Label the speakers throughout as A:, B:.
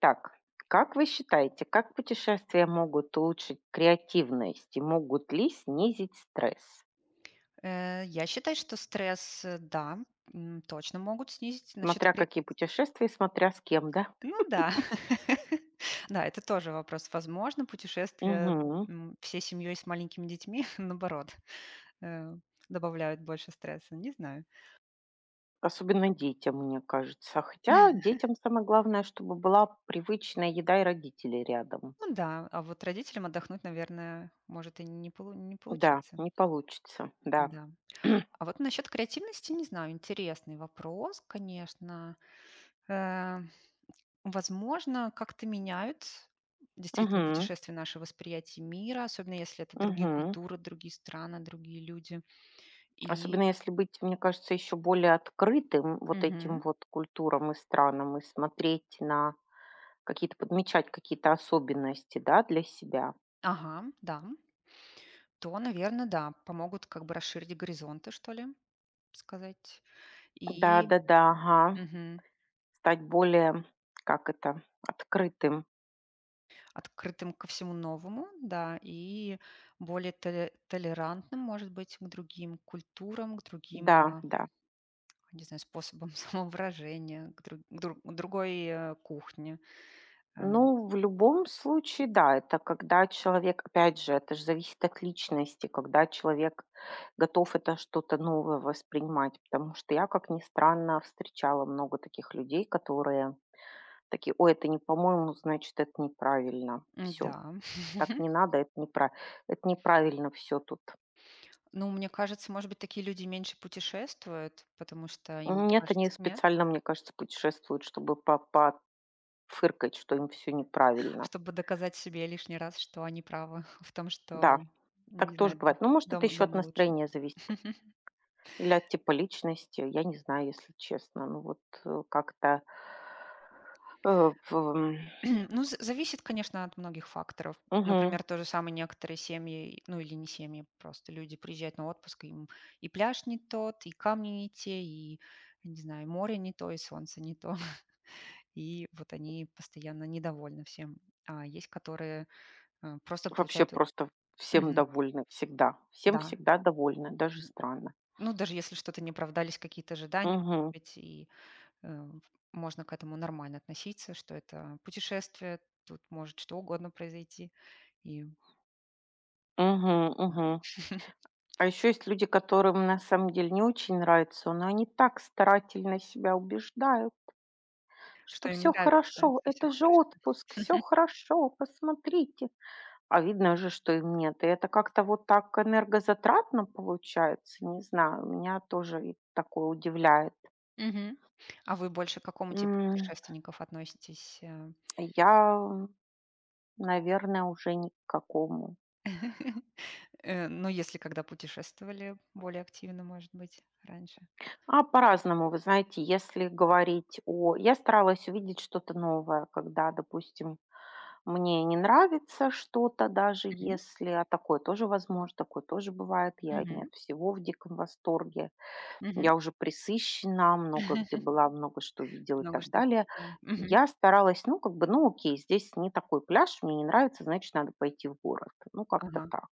A: Так, как вы считаете, как путешествия могут улучшить креативность и могут ли снизить стресс?
B: Я считаю, что стресс, да, точно могут снизить. Насчет
A: Смотря
B: кре
A: какие путешествия, и смотря с кем, да?
B: Ну да. Да, это тоже вопрос. Возможно, путешествия,
A: Мгм.
B: всей семьей с маленькими детьми, наоборот, э, добавляют больше стресса, не знаю.
A: Особенно детям, мне кажется. Хотя детям самое главное, чтобы была привычная еда и родители рядом.
B: Ну да, а вот родителям отдохнуть, наверное, может и не
A: Да,
B: получиться.
A: не получится, да.
B: Да. А вот насчет креативности, не знаю, интересный вопрос, конечно. Э Возможно, как-то меняют действительно
A: Мгм.
B: путешествия наше восприятие мира, особенно если это другие
A: Мгм.
B: культуры, другие страны, другие люди. И
A: Особенно если быть, мне кажется, еще более открытым вот этим
B: Мгм.
A: вот культурам и странам и смотреть на какие-то подмечать какие-то особенности, да, для себя.
B: Ага, да. То, наверное, да, помогут как бы расширить горизонты, что ли, сказать. И
A: Да-да-да, ага.
B: мгм,
A: Стать более, как это, открытым.
B: Открытым ко всему новому, да, и более толерантным, может быть, к другим культурам, к
A: Да,
B: другим,
A: да.
B: не знаю, способам самовыражения, к, к другой кухне. Эм,
A: Ну, в любом случае, да, это когда человек, опять же, это же зависит от личности, когда человек готов это что-то новое воспринимать, потому что я, как ни странно, встречала много таких людей, которые такие, ой, это не по-моему, значит, это неправильно, все,
B: да.
A: так не надо, это, это неправильно все тут.
B: Ну, мне кажется, может быть, такие люди меньше путешествуют, потому что им
A: Нет, они
B: кажется, нет?
A: специально, мне кажется, путешествуют, чтобы по пофыркать, что им все неправильно.
B: Чтобы доказать себе лишний раз, что они правы, в том, что,
A: Да, так
B: не
A: тоже
B: знаю,
A: бывает. Ну, может, это
B: дома,
A: еще от
B: дома лучше.
A: настроения зависит или от типа личности. Я не знаю, если честно. Ну, вот, как-то э, в м,
B: Ну, зависит, конечно, от многих факторов.
A: мгм.
B: Например, то же самое некоторые семьи, ну или не семьи, просто люди приезжают на отпуск, им и пляж не тот, и камни не те, и, не знаю, море не то, и солнце не то. И вот они постоянно недовольны всем. А есть, которые просто
A: Вообще
B: получают у
A: просто всем
B: Мгм.
A: довольны всегда. Всем
B: Да.
A: всегда довольны, даже странно.
B: Ну, даже если что-то не оправдались какие-то ожидания, может
A: Мгм.
B: быть, и, э, можно к этому нормально относиться, что это путешествие, тут может что угодно произойти. И
A: Мгм,
B: да,
A: мгм. А еще есть люди, которым на самом деле не очень нравится, но они так старательно себя убеждают. Что
B: что им
A: все
B: нравится,
A: хорошо,
B: что все
A: это же
B: хорошо.
A: отпуск, все хорошо, посмотрите. А видно же, что им нет. И это как-то вот так энергозатратно получается. Не знаю, меня тоже и такое удивляет.
B: Мгм. А вы больше к какому типу
A: М,
B: путешественников относитесь?
A: я, наверное, уже ни к какому.
B: Ну, если когда путешествовали более активно, может быть, раньше?
A: А по-разному, вы знаете, если говорить о я старалась увидеть что-то новое, когда, допустим, мне не нравится что-то, даже
B: Мгм.
A: если, а такое тоже возможно, такое тоже бывает, я не
B: Мгм.
A: от всего в диком восторге.
B: Мгм.
A: Я уже присыщена, много где была, много что видела и
B: Много
A: так
B: что
A: далее.
B: повидали. Мгм.
A: Я старалась, ну, как бы, ну, окей, здесь не такой пляж, мне не нравится, значит, надо пойти в город. Ну, как-то
B: Ага.
A: так.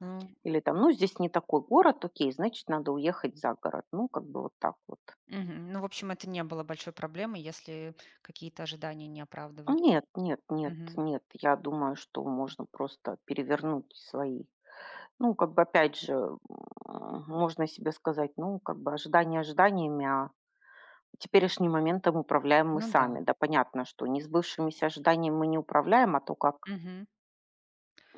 B: Ну,
A: Или там, ну, здесь не такой город, окей, значит, надо уехать за город. Ну, как бы вот так вот.
B: мгм. Ну, в общем, это не было большой проблемой, если какие-то ожидания не оправдывались.
A: Нет, нет, нет,
B: Мгм.
A: нет. Я думаю, что можно просто перевернуть свои. Ну, как бы, опять же, можно себе сказать, ну, как бы ожидания ожиданиями, а теперешний моментом управляем мы
B: Ну да.
A: сами. Да, понятно, что не сбывшимися ожиданиями мы не управляем, а то, как
B: Мгм.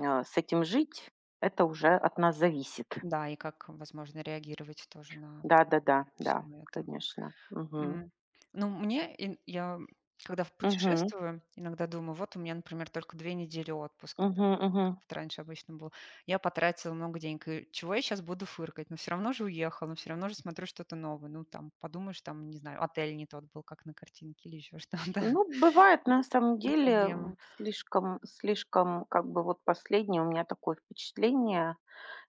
A: с этим жить, это уже от нас зависит.
B: Да, и как, возможно, реагировать тоже на
A: Да, да, да,
B: все
A: да,
B: это.
A: конечно. Мгм.
B: М. Ну, мне ин я, когда в
A: Мгм.
B: путешествую, иногда думаю: вот у меня, например, только 2 недели отпуска, там,
A: Мгм. Мгм.
B: как это раньше обычно было. Я потратила много денег, и чего я сейчас буду фыркать? Но все равно же уехала, но все равно же смотрю что-то новое. Ну, там, подумаешь, там, не знаю, отель не тот был, как на картинке, или еще что-то.
A: Ну, бывает
B: Ну,
A: на самом
B: не
A: деле
B: проблема.
A: слишком, слишком, как бы вот последнее у меня такое впечатление.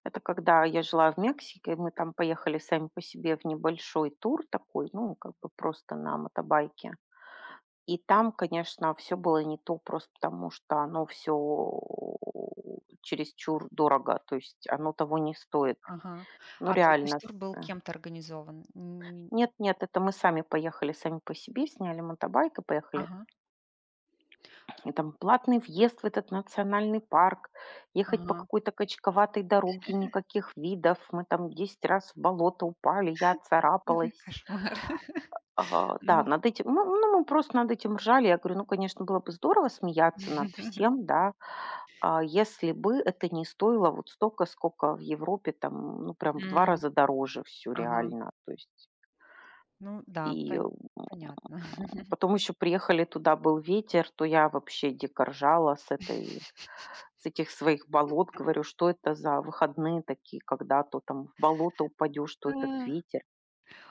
A: Это когда я жила в Мексике, мы там поехали сами по себе в небольшой тур такой, ну, как бы просто на мотобайке. И там, конечно, все было не то просто потому, что оно всё чересчур дорого, то есть оно того не стоит.
B: Ага.
A: Ну,
B: То есть
A: реально.
B: тур был
A: С э
B: кем-то организован? Н
A: Нет, нет, это мы сами поехали сами по себе, сняли мотобайк и поехали.
B: Ага,
A: И там платный въезд в этот национальный парк, ехать по
B: ага.
A: какой-то качковатой дороге, никаких видов. Мы там 10 раз в болото упали, я
B: Ой,
A: царапалась.
B: кошмар.
A: Ага, да,
B: Ну,
A: над этим, мы, ну, мы просто над этим ржали. Я говорю, ну, конечно, было бы здорово смеяться над всем, да, а, если бы это не стоило вот столько, сколько в Европе, там, ну, прям в два
B: м,
A: раза дороже все
B: ага.
A: реально. То есть,
B: Ну да,
A: и м,
B: понятно.
A: потом еще приехали туда, был ветер, то я вообще дико ржала с этой, с этих своих болот. Говорю, что это за выходные такие, когда то там в болото упадешь, что этот
B: А,
A: ветер.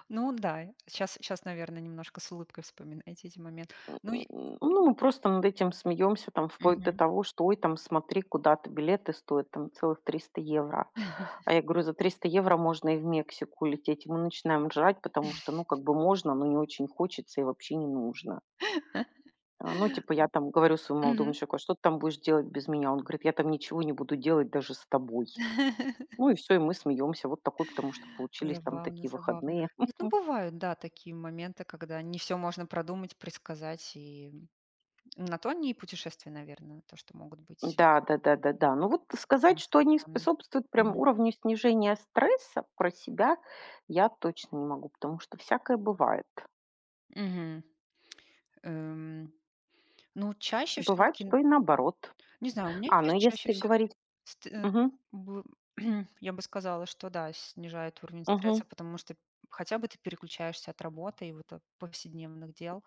B: ну да, сейчас, сейчас, наверное, немножко с улыбкой вспоминаете эти моменты.
A: М,
B: Ну и
A: ну, мы просто над этим смеемся, там, вплоть до
B: мгм.
A: того, что: "Ой, там, смотри, куда-то билеты стоят, там, целых 300 евро". А я говорю: "За 300 евро можно и в Мексику лететь". И мы начинаем ржать, потому что, ну, как бы можно, но не очень хочется и вообще не нужно. А, ну, типа, я там говорю своему молодому
B: Мгм.
A: человеку: "А что ты там будешь делать без меня?" Он говорит: "Я там ничего не буду делать даже с тобой". Ну и все, и мы смеемся. Вот такой, потому что получились там
B: Забавно,
A: такие
B: забавно.
A: выходные.
B: Нет, ну бывают, да, такие моменты, когда не все можно продумать, предсказать, и на то они и путешествия, наверное, то, что могут быть,
A: Да, да-да-да-да. Ну, вот
B: такие
A: сказать,
B: вот
A: что они
B: спонтанные.
A: способствуют прям
B: Мгм.
A: уровню снижения стресса, про себя я точно не могу, потому что всякое бывает.
B: Мгм. Эм, ну, чаще все
A: Бывает,
B: таки,
A: что и наоборот.
B: не знаю, у меня
A: А,
B: ча
A: ну
B: чаще
A: если
B: все таки
A: говорить мгм,
B: я бы сказала, что да, снижает уровень
A: мгм,
B: стресса, потому что хотя бы ты переключаешься от работы и вот, от повседневных дел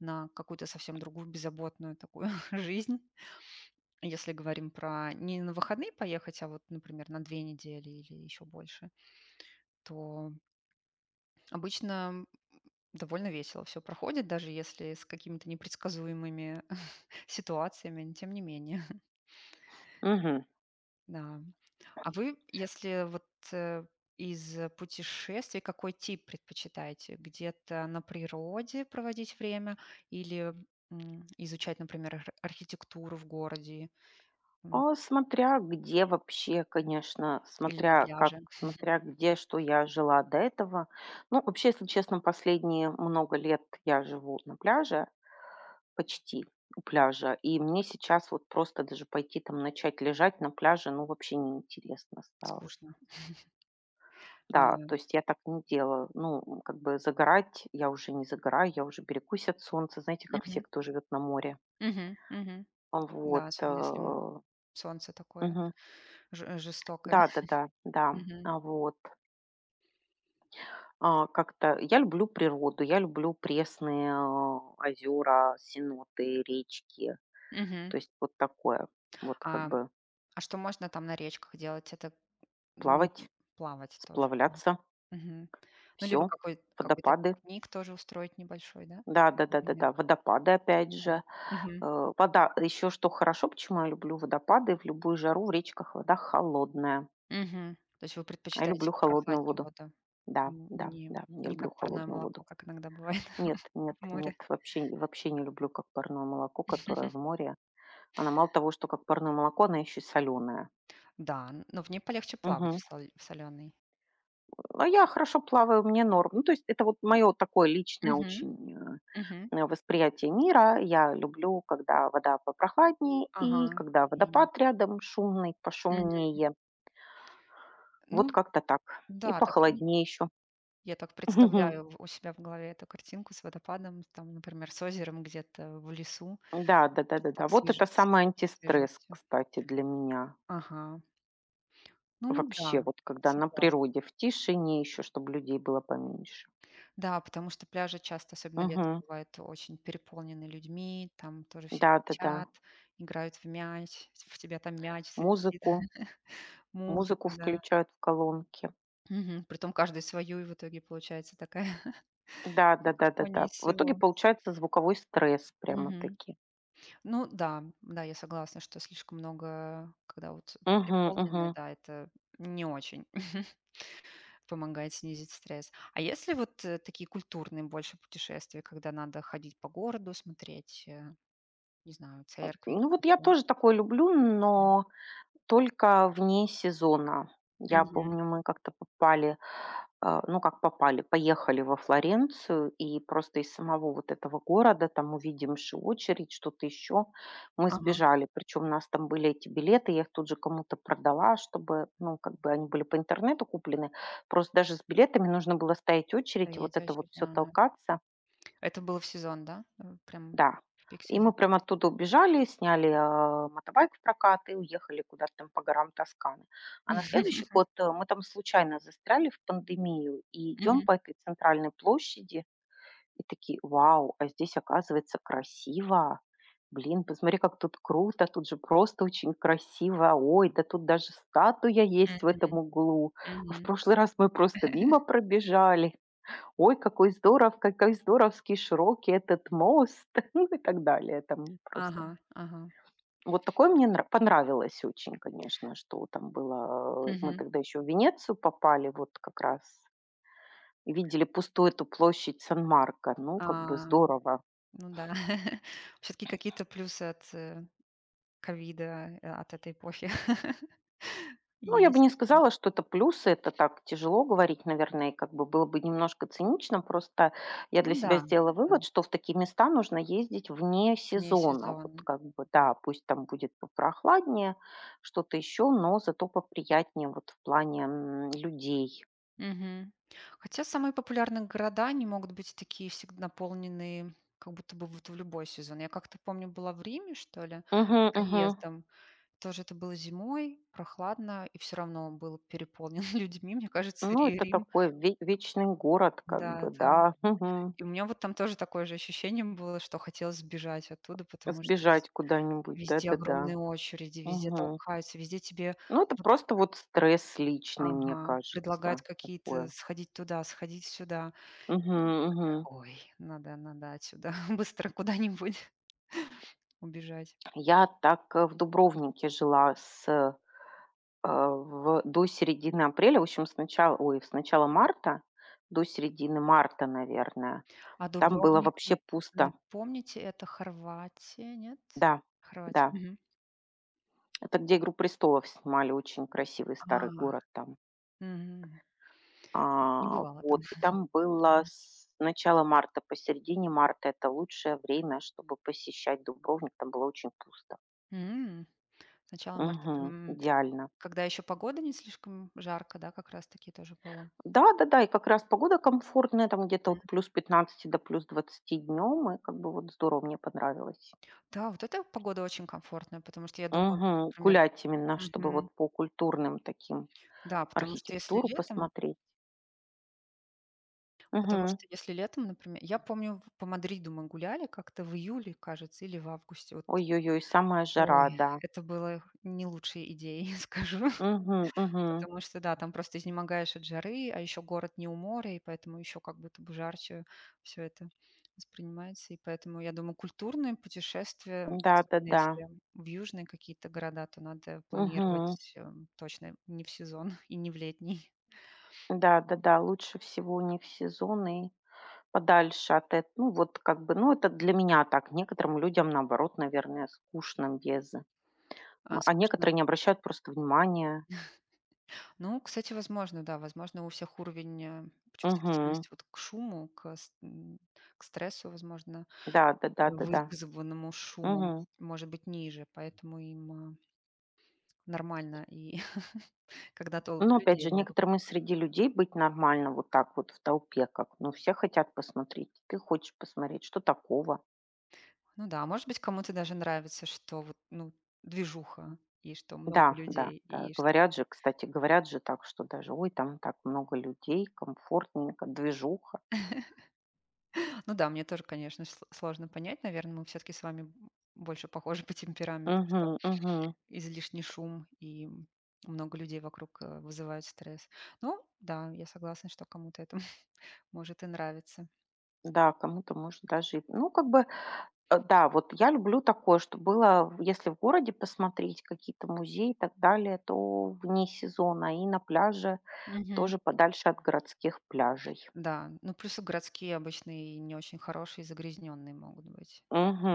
B: на какую-то совсем другую беззаботную такую жизнь. Если говорим про не на выходные поехать, а вот, например, на 2 недели или еще больше, то обычно довольно весело все проходит, даже если с какими-то непредсказуемыми ситуациями, но тем не менее,
A: мгм.
B: да. А вы, если вот, э, из путешествий, какой тип предпочитаете? Где-то на природе проводить время или, изучать, например, ар архитектуру в городе, м,
A: А, смотря где вообще, конечно,
B: или на
A: смотря как,
B: пляже?
A: смотря где, что я жила до этого. Ну, вообще, если честно, последние много лет я живу на пляже, почти у пляжа. И мне сейчас вот просто даже пойти там начать лежать на пляже, ну, вообще неинтересно стало.
B: Скучно. А,
A: Да, то есть я так не делаю. Ну, как бы загорать я уже не загораю, я уже берегусь от солнца, знаете, как все,
B: мгм,
A: кто живет на море.
B: мгм, мгм.
A: А вот.
B: Да, особенно если, солнце такое
A: Мгм.
B: ж жестокое.
A: Да, да, да, да.
B: Мгм,
A: А вот. А, как-то я люблю природу, я люблю пресные озера, сеноты, речки.
B: мгм.
A: То есть вот такое. Вот как
B: А,
A: бы
B: а, что можно там на речках делать? Это, м,
A: плавать,
B: плавать тоже.
A: сплавляться.
B: Мгм. Ну, либо
A: Все
B: какой-то
A: водопады.
B: пикник тоже устроить небольшой, да? Например,
A: Да-да-да-да-да, водопады опять
B: да.
A: же.
B: Мгм.
A: Э, вода еще что хорошо, почему я люблю водопады в любую жару в речках вода холодная.
B: Мгм. То есть вы
A: А я
B: предпочитаете
A: люблю холодную
B: попрохладнее
A: воду.
B: воду?
A: Да,
B: Н
A: да,
B: не
A: да, я
B: не
A: люблю
B: как парное
A: холодную
B: молоко,
A: воду.
B: как иногда бывает
A: Нет,
B: в
A: нет, нет,
B: море.
A: вообще вообще не люблю, как парное молоко, которое в море. Она мало того, что как парное молоко, она еще и соленая.
B: Да, н но в ней полегче плавать, в солёной.
A: А я хорошо плаваю, мне норм. Ну, то есть это вот мое такое личное
B: Мгм.
A: очень,
B: Мгм.
A: восприятие мира. Я люблю, когда вода попрохладнее
B: Ага.
A: и когда
B: И,
A: водопад рядом шумный,
B: мгм.
A: пошумнее.
B: Ну
A: Вот как-то так. И
B: да, так
A: похолоднее еще.
B: я так представляю в у себя в голове эту картинку с водопадом, там, например, с озером где-то в лесу.
A: Да, да-да-да-да.
B: Так
A: Вот это самый
B: свежо
A: антистресс,
B: все.
A: кстати, для меня.
B: Ага. Ну
A: Вообще,
B: да,
A: вот когда на
B: согласна.
A: природе, в тишине еще, чтобы людей было поменьше.
B: Да, потому что пляжи часто, особенно летом,
A: Мгм.
B: бывают очень переполнены людьми, там тоже все
A: Да-да-да.
B: кричат, играют в мяч, в тебя там мяч залетит,
A: Музыку
B: музыка,
A: музыку
B: да.
A: включают в колонки.
B: Мгм. Притом каждый свою, и в итоге получается такая
A: Да,
B: какофония
A: да-да-да-да.
B: из
A: В итоге
B: всего.
A: получается звуковой стресс
B: Мгм.
A: прямо-таки.
B: Ну да, да, я согласна, что слишком много, когда вот
A: Мгм, мгм.
B: переполнены, да, это не очень помогает снизить стресс. А если вот, такие культурные больше путешествия, когда надо ходить по городу, смотреть, не знаю,
A: Э,
B: церкви
A: ну, вот я
B: какие-то?
A: тоже такое люблю,
B: Мгм.
A: но только вне сезона. Я
B: Мгм.
A: помню, мы как-то попали, ну, как попали, поехали во Флоренцию, и просто из самого вот этого города, там увидимши очередь, что-то еще, мы
B: Ага,
A: сбежали. Причем у нас там были эти билеты, я их тут же кому-то продала, чтобы, ну, как бы они были по интернету куплены. Просто даже с билетами нужно было стоять очередь, и вот
B: стоять
A: это вот
B: очередь.
A: все
B: Ага.
A: толкаться.
B: Это было в сезон, да? Прям
A: Да.
B: в пик
A: И
B: сезона.
A: мы прям оттуда убежали, сняли, мотобайк в прокат и уехали куда-то там по горам Тосканы. А на следующий год, э, мы там случайно застряли в пандемию и идем
B: Мгм.
A: по этой центральной площади и такие: "Вау, а здесь, оказывается, красиво. Блин, посмотри, как тут круто, тут же просто очень красиво. Ой, да тут даже статуя есть в этом
B: Мгм.
A: углу. А в
B: Мгм.
A: прошлый раз мы просто мимо пробежали". "Ой, какой здоровский широкий этот мост", ну и так далее. Там просто
B: Ага, ага.
A: вот такое мне нра понравилось очень, конечно, что там было. Э, мы
B: Мгм.
A: тогда еще в Венецию попали, вот как раз и видели пустую эту площадь Сан-Марко. Ну, как бы
B: А,
A: здорово.
B: ну да. Все таки какие-то плюсы от, ковида, от этой эпохи,
A: Ну, я бы не
B: есть.
A: сказала, что это плюсы, это так тяжело говорить, наверное, и как бы было бы немножко цинично, просто я
B: Ну
A: для
B: да,
A: себя сделала
B: да,
A: вывод, что в такие места нужно ездить вне
B: вне
A: сезона. Вот
B: сезона.
A: как бы, да, пусть там будет попрохладнее, что-то еще, но зато поприятнее вот в плане людей.
B: Мгм. Хотя самые популярные города, они могут быть такие всегда наполненные как будто бы вот в любой сезон. Я как-то помню, была в Риме, что ли,
A: Мгм, мгм.
B: проездом. Тоже это было зимой, прохладно, и все равно он был переполнен людьми. Мне кажется,
A: Ну,
B: Ри
A: это
B: Рим,
A: такой вечный город, как
B: да,
A: бы,
B: там.
A: да, мгм.
B: И у меня вот там тоже такое же ощущение было, что хотелось сбежать оттуда, потому что
A: Сбежать куда-нибудь,
B: везде
A: да-да-да.
B: огромные очереди, везде
A: Мгм.
B: толкаются, везде тебе
A: Ну, это
B: вот,
A: просто вот стресс личный, мне
B: ага, предлагают
A: кажется,
B: какие-то
A: такое.
B: сходить туда, сходить сюда.
A: Мгм,
B: И я
A: мгм.
B: такая: "Ой, надо отсюда быстро куда-нибудь убежать".
A: Я так, э, в Дубровнике жила с, э, в до середины апреля. В общем, с начала марта до середины марта, наверное.
B: А
A: Там было
B: Дубровник, н
A: вообще пусто.
B: напомните, это Хорватия, нет?
A: Да,
B: Хорватия,
A: да.
B: мгм.
A: Это где "Игру престолов" снимали, очень красивый
B: А,
A: старый город там.
B: мгм. Не
A: А,
B: бывала там.
A: вот, и там было
B: Мгм.
A: с начала марта по середине марта- это лучшее время, чтобы посещать Дубровник. Там было очень пусто.
B: М. С начала марта,
A: Мгм. Идеально.
B: когда еще погода не слишком жарко, да, как раз таки тоже было?
A: Да-да-да, и как раз погода комфортная, там где-то от +15 до +20 днем, и как бы вот здорово, мне понравилось.
B: Да, вот эта погода очень комфортная, потому что я думаю,
A: Мгм.
B: например
A: Гулять именно, чтобы
B: Мгм.
A: вот по культурным таким
B: Да, потому что если
A: архитектуру
B: летом,
A: посмотреть. Мгм.
B: например я помню, в по Мадриду мы гуляли как-то в июле, кажется, или в августе. Вот,
A: Ой-ой-ой, самая жара,
B: ой,
A: да.
B: это было не лучшей идеей, скажу.
A: Мгм, мгм.
B: Потому что, да, там просто изнемогаешь от жары, а еще город не у моря, и поэтому еще как будто бы жарче все это воспринимается. И поэтому, я думаю, культурные путешествия, особенно
A: Да-да-да.
B: если в южные какие-то города, то надо
A: Мгм.
B: планировать, точно не в сезон, и не в летний,
A: Да-да-да, лучше всего не в сезон и подальше от эт ну, вот как бы, ну, это для меня так. Некоторым людям, наоборот, наверное, скучно без.
B: а
A: А
B: скучно.
A: некоторые не обращают просто внимания.
B: Ну, кстати, возможно, да, возможно, у всех уровень,
A: Мгм.
B: чувствительности вот к шуму, к стрессу, возможно,
A: Да,
B: вы
A: да-да-да-да.
B: вызванному шумом,
A: Мгм.
B: может быть ниже, поэтому им, нормально, и когда
A: Но
B: толпы
A: опять
B: людей
A: же,
B: вокруг.
A: некоторым и среди людей быть нормально вот так вот в толпе, как, ну, все хотят посмотреть, ты хочешь посмотреть, что такого?
B: Ну да, может быть, кому-то даже нравится, что вот, ну, движуха, и что много
A: Да, да,
B: людей,
A: да.
B: и что
A: Говорят же, кстати, говорят же так, что даже, ой, там так много людей, комфортненько, движуха.
B: ну да, мне тоже, конечно, сл сложно понять. Наверное, мы все таки с вами больше похожи по темпераменту, что
A: Мгм, мгм.
B: излишний шум и много людей вокруг, вызывает стресс. Ну да, я согласна, что кому-то это может и нравиться.
A: Да, кому-то может даже, и- ну, как бы, э, да, вот я люблю такое, что было, в- если в городе посмотреть какие-то музеи и так далее, то вне сезона и на пляже
B: Мгм.
A: тоже подальше от городских пляжей.
B: Да, ну, плюс и городские обычные не очень хорошие, загрязненные могут быть.
A: Мгм.